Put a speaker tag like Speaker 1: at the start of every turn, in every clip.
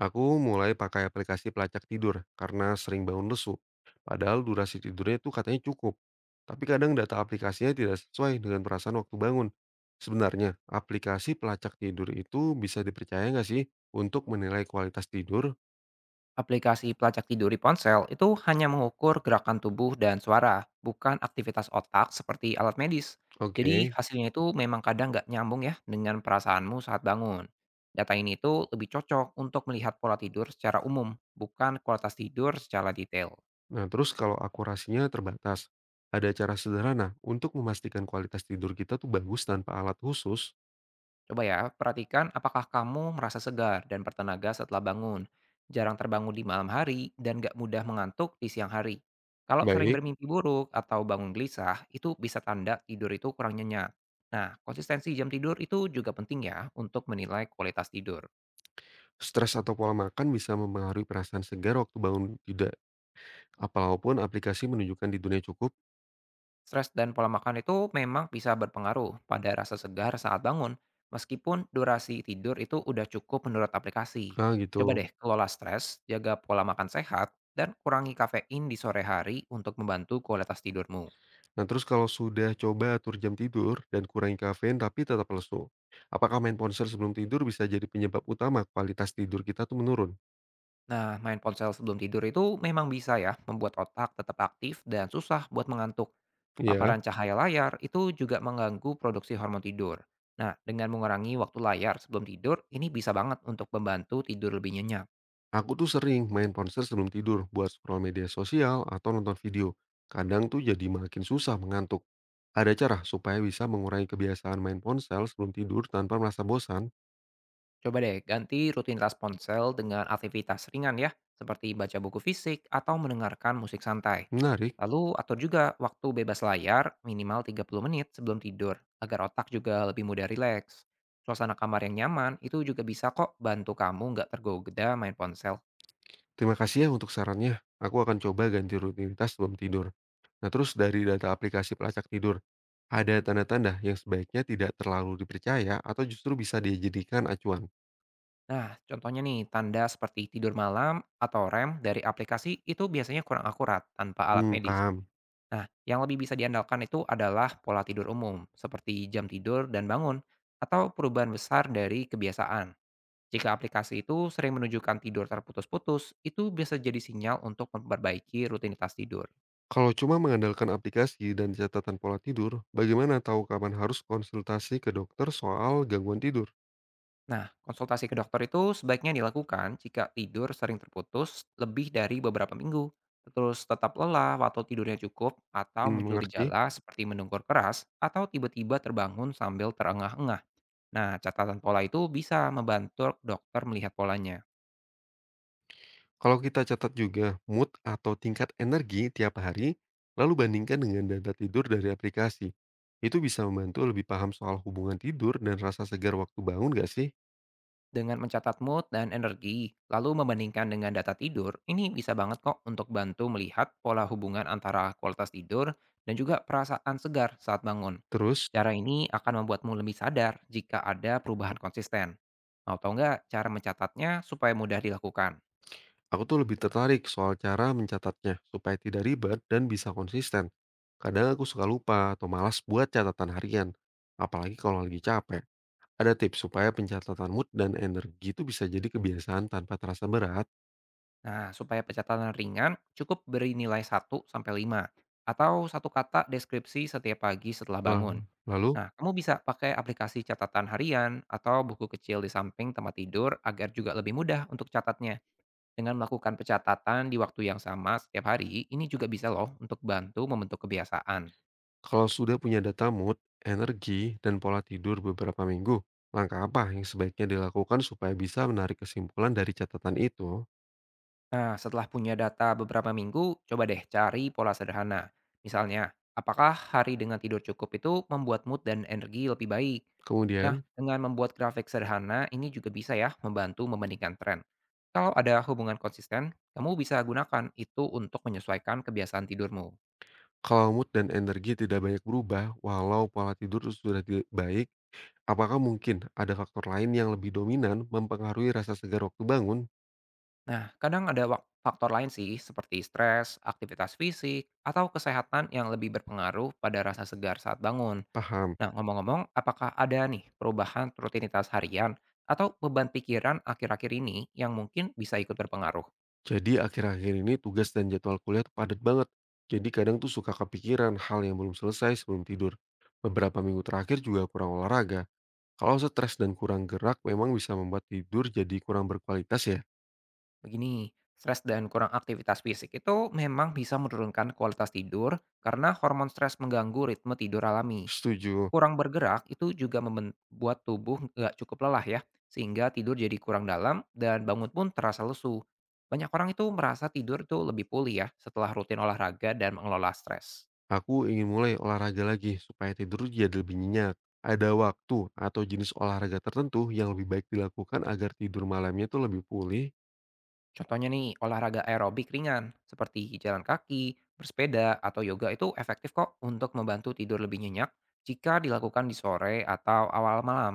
Speaker 1: Aku mulai pakai aplikasi pelacak tidur karena sering bangun lesu. Padahal durasi tidurnya itu katanya cukup. Tapi kadang data aplikasinya tidak sesuai dengan perasaan waktu bangun. Sebenarnya, aplikasi pelacak tidur itu bisa dipercaya nggak sih untuk menilai kualitas tidur?
Speaker 2: Aplikasi pelacak tidur di ponsel itu hanya mengukur gerakan tubuh dan suara, bukan aktivitas otak seperti alat medis.
Speaker 1: Oke.
Speaker 2: Jadi hasilnya itu memang kadang nggak nyambung ya dengan perasaanmu saat bangun. Data ini itu lebih cocok untuk melihat pola tidur secara umum, bukan kualitas tidur secara detail.
Speaker 1: Nah, terus kalau akurasinya terbatas, ada cara sederhana untuk memastikan kualitas tidur kita tuh bagus tanpa alat khusus?
Speaker 2: Coba ya, perhatikan apakah kamu merasa segar dan bertenaga setelah bangun, jarang terbangun di malam hari, dan gak mudah mengantuk di siang hari. Kalau sering
Speaker 1: Baik.
Speaker 2: bermimpi buruk atau bangun gelisah, itu bisa tanda tidur itu kurang nyenyak. Nah, konsistensi jam tidur itu juga penting ya untuk menilai kualitas tidur.
Speaker 1: Stres atau pola makan bisa mempengaruhi perasaan segar waktu bangun tidak? Walaupun aplikasi menunjukkan tidurnya cukup,
Speaker 2: Stres dan pola makan itu memang bisa berpengaruh pada rasa segar saat bangun, meskipun durasi tidur itu udah cukup menurut aplikasi.
Speaker 1: ah,
Speaker 2: Coba
Speaker 1: gitu.
Speaker 2: deh kelola stres, jaga pola makan sehat, dan kurangi kafein di sore hari untuk membantu kualitas tidurmu.
Speaker 1: Nah, terus kalau sudah coba atur jam tidur dan kurangi kafein tapi tetap lesu, apakah main ponsel sebelum tidur bisa jadi penyebab utama kualitas tidur kita tuh menurun?
Speaker 2: Nah, main ponsel sebelum tidur itu memang bisa ya membuat otak tetap aktif dan susah buat mengantuk.
Speaker 1: Iya,
Speaker 2: Paparan cahaya layar itu juga mengganggu produksi hormon tidur. Nah, dengan mengurangi waktu layar sebelum tidur, ini bisa banget untuk membantu tidur lebih nyenyak.
Speaker 1: aku tuh sering main ponsel sebelum tidur buat scroll media sosial atau nonton video. Kadang tuh jadi makin susah mengantuk. Ada cara supaya bisa mengurangi kebiasaan main ponsel sebelum tidur tanpa merasa bosan?
Speaker 2: Coba deh ganti rutinitas ponsel dengan aktivitas ringan ya, seperti baca buku fisik atau mendengarkan musik santai.
Speaker 1: Menarik.
Speaker 2: Lalu atur juga waktu bebas layar minimal 30 menit sebelum tidur agar otak juga lebih mudah rileks. Suasana kamar yang nyaman itu juga bisa kok bantu kamu nggak tergoda main ponsel.
Speaker 1: Terima kasih ya untuk sarannya. Aku akan coba ganti rutinitas sebelum tidur. Nah, terus dari data aplikasi pelacak tidur, ada tanda-tanda yang sebaiknya tidak terlalu dipercaya atau justru bisa dijadikan acuan?
Speaker 2: Nah, contohnya nih, tanda seperti tidur malam atau rem dari aplikasi itu biasanya kurang akurat tanpa alat
Speaker 1: Hmm,
Speaker 2: medis.
Speaker 1: paham.
Speaker 2: Nah, yang lebih bisa diandalkan itu adalah pola tidur umum, seperti jam tidur dan bangun, atau perubahan besar dari kebiasaan. Jika aplikasi itu sering menunjukkan tidur terputus-putus, itu bisa jadi sinyal untuk memperbaiki rutinitas tidur.
Speaker 1: Kalau cuma mengandalkan aplikasi dan catatan pola tidur, bagaimana tahu kapan harus konsultasi ke dokter soal gangguan tidur?
Speaker 2: Nah, konsultasi ke dokter itu sebaiknya dilakukan jika tidur sering terputus lebih dari beberapa minggu, terus tetap lelah atau tidurnya cukup, atau
Speaker 1: Hmm,
Speaker 2: muncul
Speaker 1: mengerti.
Speaker 2: gejala seperti mendungkur keras, atau tiba-tiba terbangun sambil terengah-engah. Nah, catatan pola itu bisa membantu dokter melihat polanya.
Speaker 1: Kalau kita catat juga mood atau tingkat energi tiap hari, lalu bandingkan dengan data tidur dari aplikasi. Itu bisa membantu lebih paham soal hubungan tidur dan rasa segar waktu bangun gak sih?
Speaker 2: Dengan mencatat mood dan energi, lalu membandingkan dengan data tidur, ini bisa banget kok untuk bantu melihat pola hubungan antara kualitas tidur dan juga perasaan segar saat bangun.
Speaker 1: Terus,
Speaker 2: Cara ini akan membuatmu lebih sadar jika ada perubahan konsisten. Mau tahu nggak cara mencatatnya supaya mudah dilakukan?
Speaker 1: aku tuh lebih tertarik soal cara mencatatnya supaya tidak ribet dan bisa konsisten. Kadang aku suka lupa atau malas buat catatan harian, apalagi kalau lagi capek. Ada tips supaya pencatatan mood dan energi itu bisa jadi kebiasaan tanpa terasa berat.
Speaker 2: Nah, supaya pencatatan ringan, cukup beri nilai satu sampai lima atau satu kata deskripsi setiap pagi setelah
Speaker 1: Wah.
Speaker 2: bangun.
Speaker 1: Lalu?
Speaker 2: Nah, kamu bisa pakai aplikasi catatan harian atau buku kecil di samping tempat tidur agar juga lebih mudah untuk catatnya. Dengan melakukan pencatatan di waktu yang sama setiap hari, ini juga bisa loh untuk bantu membentuk kebiasaan.
Speaker 1: Kalau sudah punya data mood, energi, dan pola tidur beberapa minggu, langkah apa yang sebaiknya dilakukan supaya bisa menarik kesimpulan dari catatan itu?
Speaker 2: Nah, setelah punya data beberapa minggu, coba deh cari pola sederhana. Misalnya, apakah hari dengan tidur cukup itu membuat mood dan energi lebih baik? Nah,
Speaker 1: Kemudian,
Speaker 2: dengan membuat grafik sederhana, ini juga bisa ya membantu membandingkan tren. Kalau ada hubungan konsisten, kamu bisa gunakan itu untuk menyesuaikan kebiasaan tidurmu.
Speaker 1: kalau mood dan energi tidak banyak berubah, walau pola tidur sudah baik, apakah mungkin ada faktor lain yang lebih dominan mempengaruhi rasa segar waktu bangun?
Speaker 2: Nah, kadang ada faktor lain sih, seperti stres, aktivitas fisik, atau kesehatan yang lebih berpengaruh pada rasa segar saat bangun.
Speaker 1: Paham.
Speaker 2: Nah, ngomong-ngomong, apakah ada nih perubahan rutinitas harian atau beban pikiran akhir-akhir ini yang mungkin bisa ikut berpengaruh?
Speaker 1: Jadi akhir-akhir ini tugas dan jadwal kuliah tuh padat banget. Jadi kadang tuh suka kepikiran hal yang belum selesai sebelum tidur. Beberapa minggu terakhir juga kurang olahraga. Kalau stres dan kurang gerak memang bisa membuat tidur jadi kurang berkualitas ya?
Speaker 2: Begini, stres dan kurang aktivitas fisik itu memang bisa menurunkan kualitas tidur karena hormon stres mengganggu ritme tidur alami.
Speaker 1: Setuju.
Speaker 2: Kurang bergerak itu juga membuat tubuh nggak cukup lelah ya, sehingga tidur jadi kurang dalam dan bangun pun terasa lesu. Banyak orang itu merasa tidur itu lebih pulih ya setelah rutin olahraga dan mengelola stres.
Speaker 1: Aku ingin mulai olahraga lagi supaya tidur jadi lebih nyenyak. Ada waktu atau jenis olahraga tertentu yang lebih baik dilakukan agar tidur malamnya tuh lebih pulih?
Speaker 2: Contohnya nih, olahraga aerobik ringan seperti jalan kaki, bersepeda, atau yoga itu efektif kok untuk membantu tidur lebih nyenyak jika dilakukan di sore atau awal malam.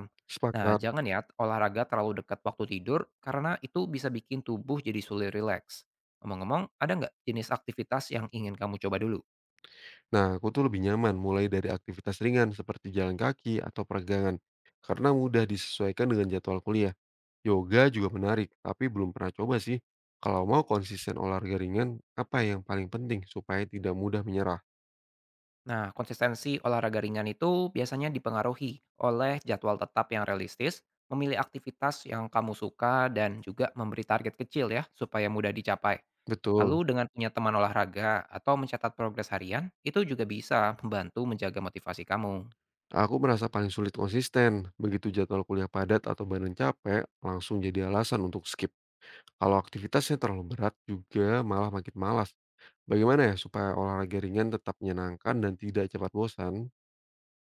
Speaker 2: Nah,
Speaker 1: Sepakat.
Speaker 2: jangan ya olahraga terlalu dekat waktu tidur karena itu bisa bikin tubuh jadi sulit rileks. Ngomong-ngomong, ada nggak jenis aktivitas yang ingin kamu coba dulu?
Speaker 1: Nah, aku tuh lebih nyaman mulai dari aktivitas ringan seperti jalan kaki atau peregangan karena mudah disesuaikan dengan jadwal kuliah. Yoga juga menarik, tapi belum pernah coba sih. Kalau mau konsisten olahraga ringan, apa yang paling penting supaya tidak mudah menyerah?
Speaker 2: Nah, konsistensi olahraga ringan itu biasanya dipengaruhi oleh jadwal tetap yang realistis, memilih aktivitas yang kamu suka, dan juga memberi target kecil ya, supaya mudah dicapai. Lalu
Speaker 1: Betul,
Speaker 2: dengan punya teman olahraga atau mencatat progres harian, itu juga bisa membantu menjaga motivasi kamu.
Speaker 1: aku merasa paling sulit konsisten. Begitu jadwal kuliah padat atau badan capek, langsung jadi alasan untuk skip. Kalau aktivitasnya terlalu berat juga malah makin malas. Bagaimana ya supaya olahraga ringan tetap menyenangkan dan tidak cepat bosan?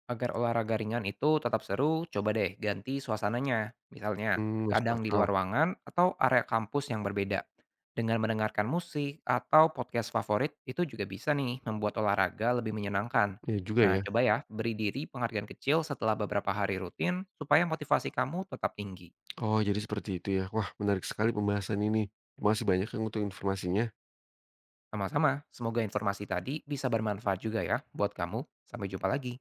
Speaker 2: Agar olahraga ringan itu tetap seru, coba deh ganti suasananya. Misalnya,
Speaker 1: Hmm, masuk
Speaker 2: kadang di luar
Speaker 1: akal.
Speaker 2: ruangan atau area kampus yang berbeda. Dengan mendengarkan musik atau podcast favorit, itu juga bisa nih membuat olahraga lebih menyenangkan.
Speaker 1: Ya juga
Speaker 2: Nah,
Speaker 1: ya.
Speaker 2: coba ya, beri diri penghargaan kecil setelah beberapa hari rutin supaya motivasi kamu tetap tinggi.
Speaker 1: Oh, jadi seperti itu ya. Wah, menarik sekali pembahasan ini. Masih banyak yang untuk informasinya.
Speaker 2: Sama-sama, semoga informasi tadi bisa bermanfaat juga ya buat kamu. Sampai jumpa lagi.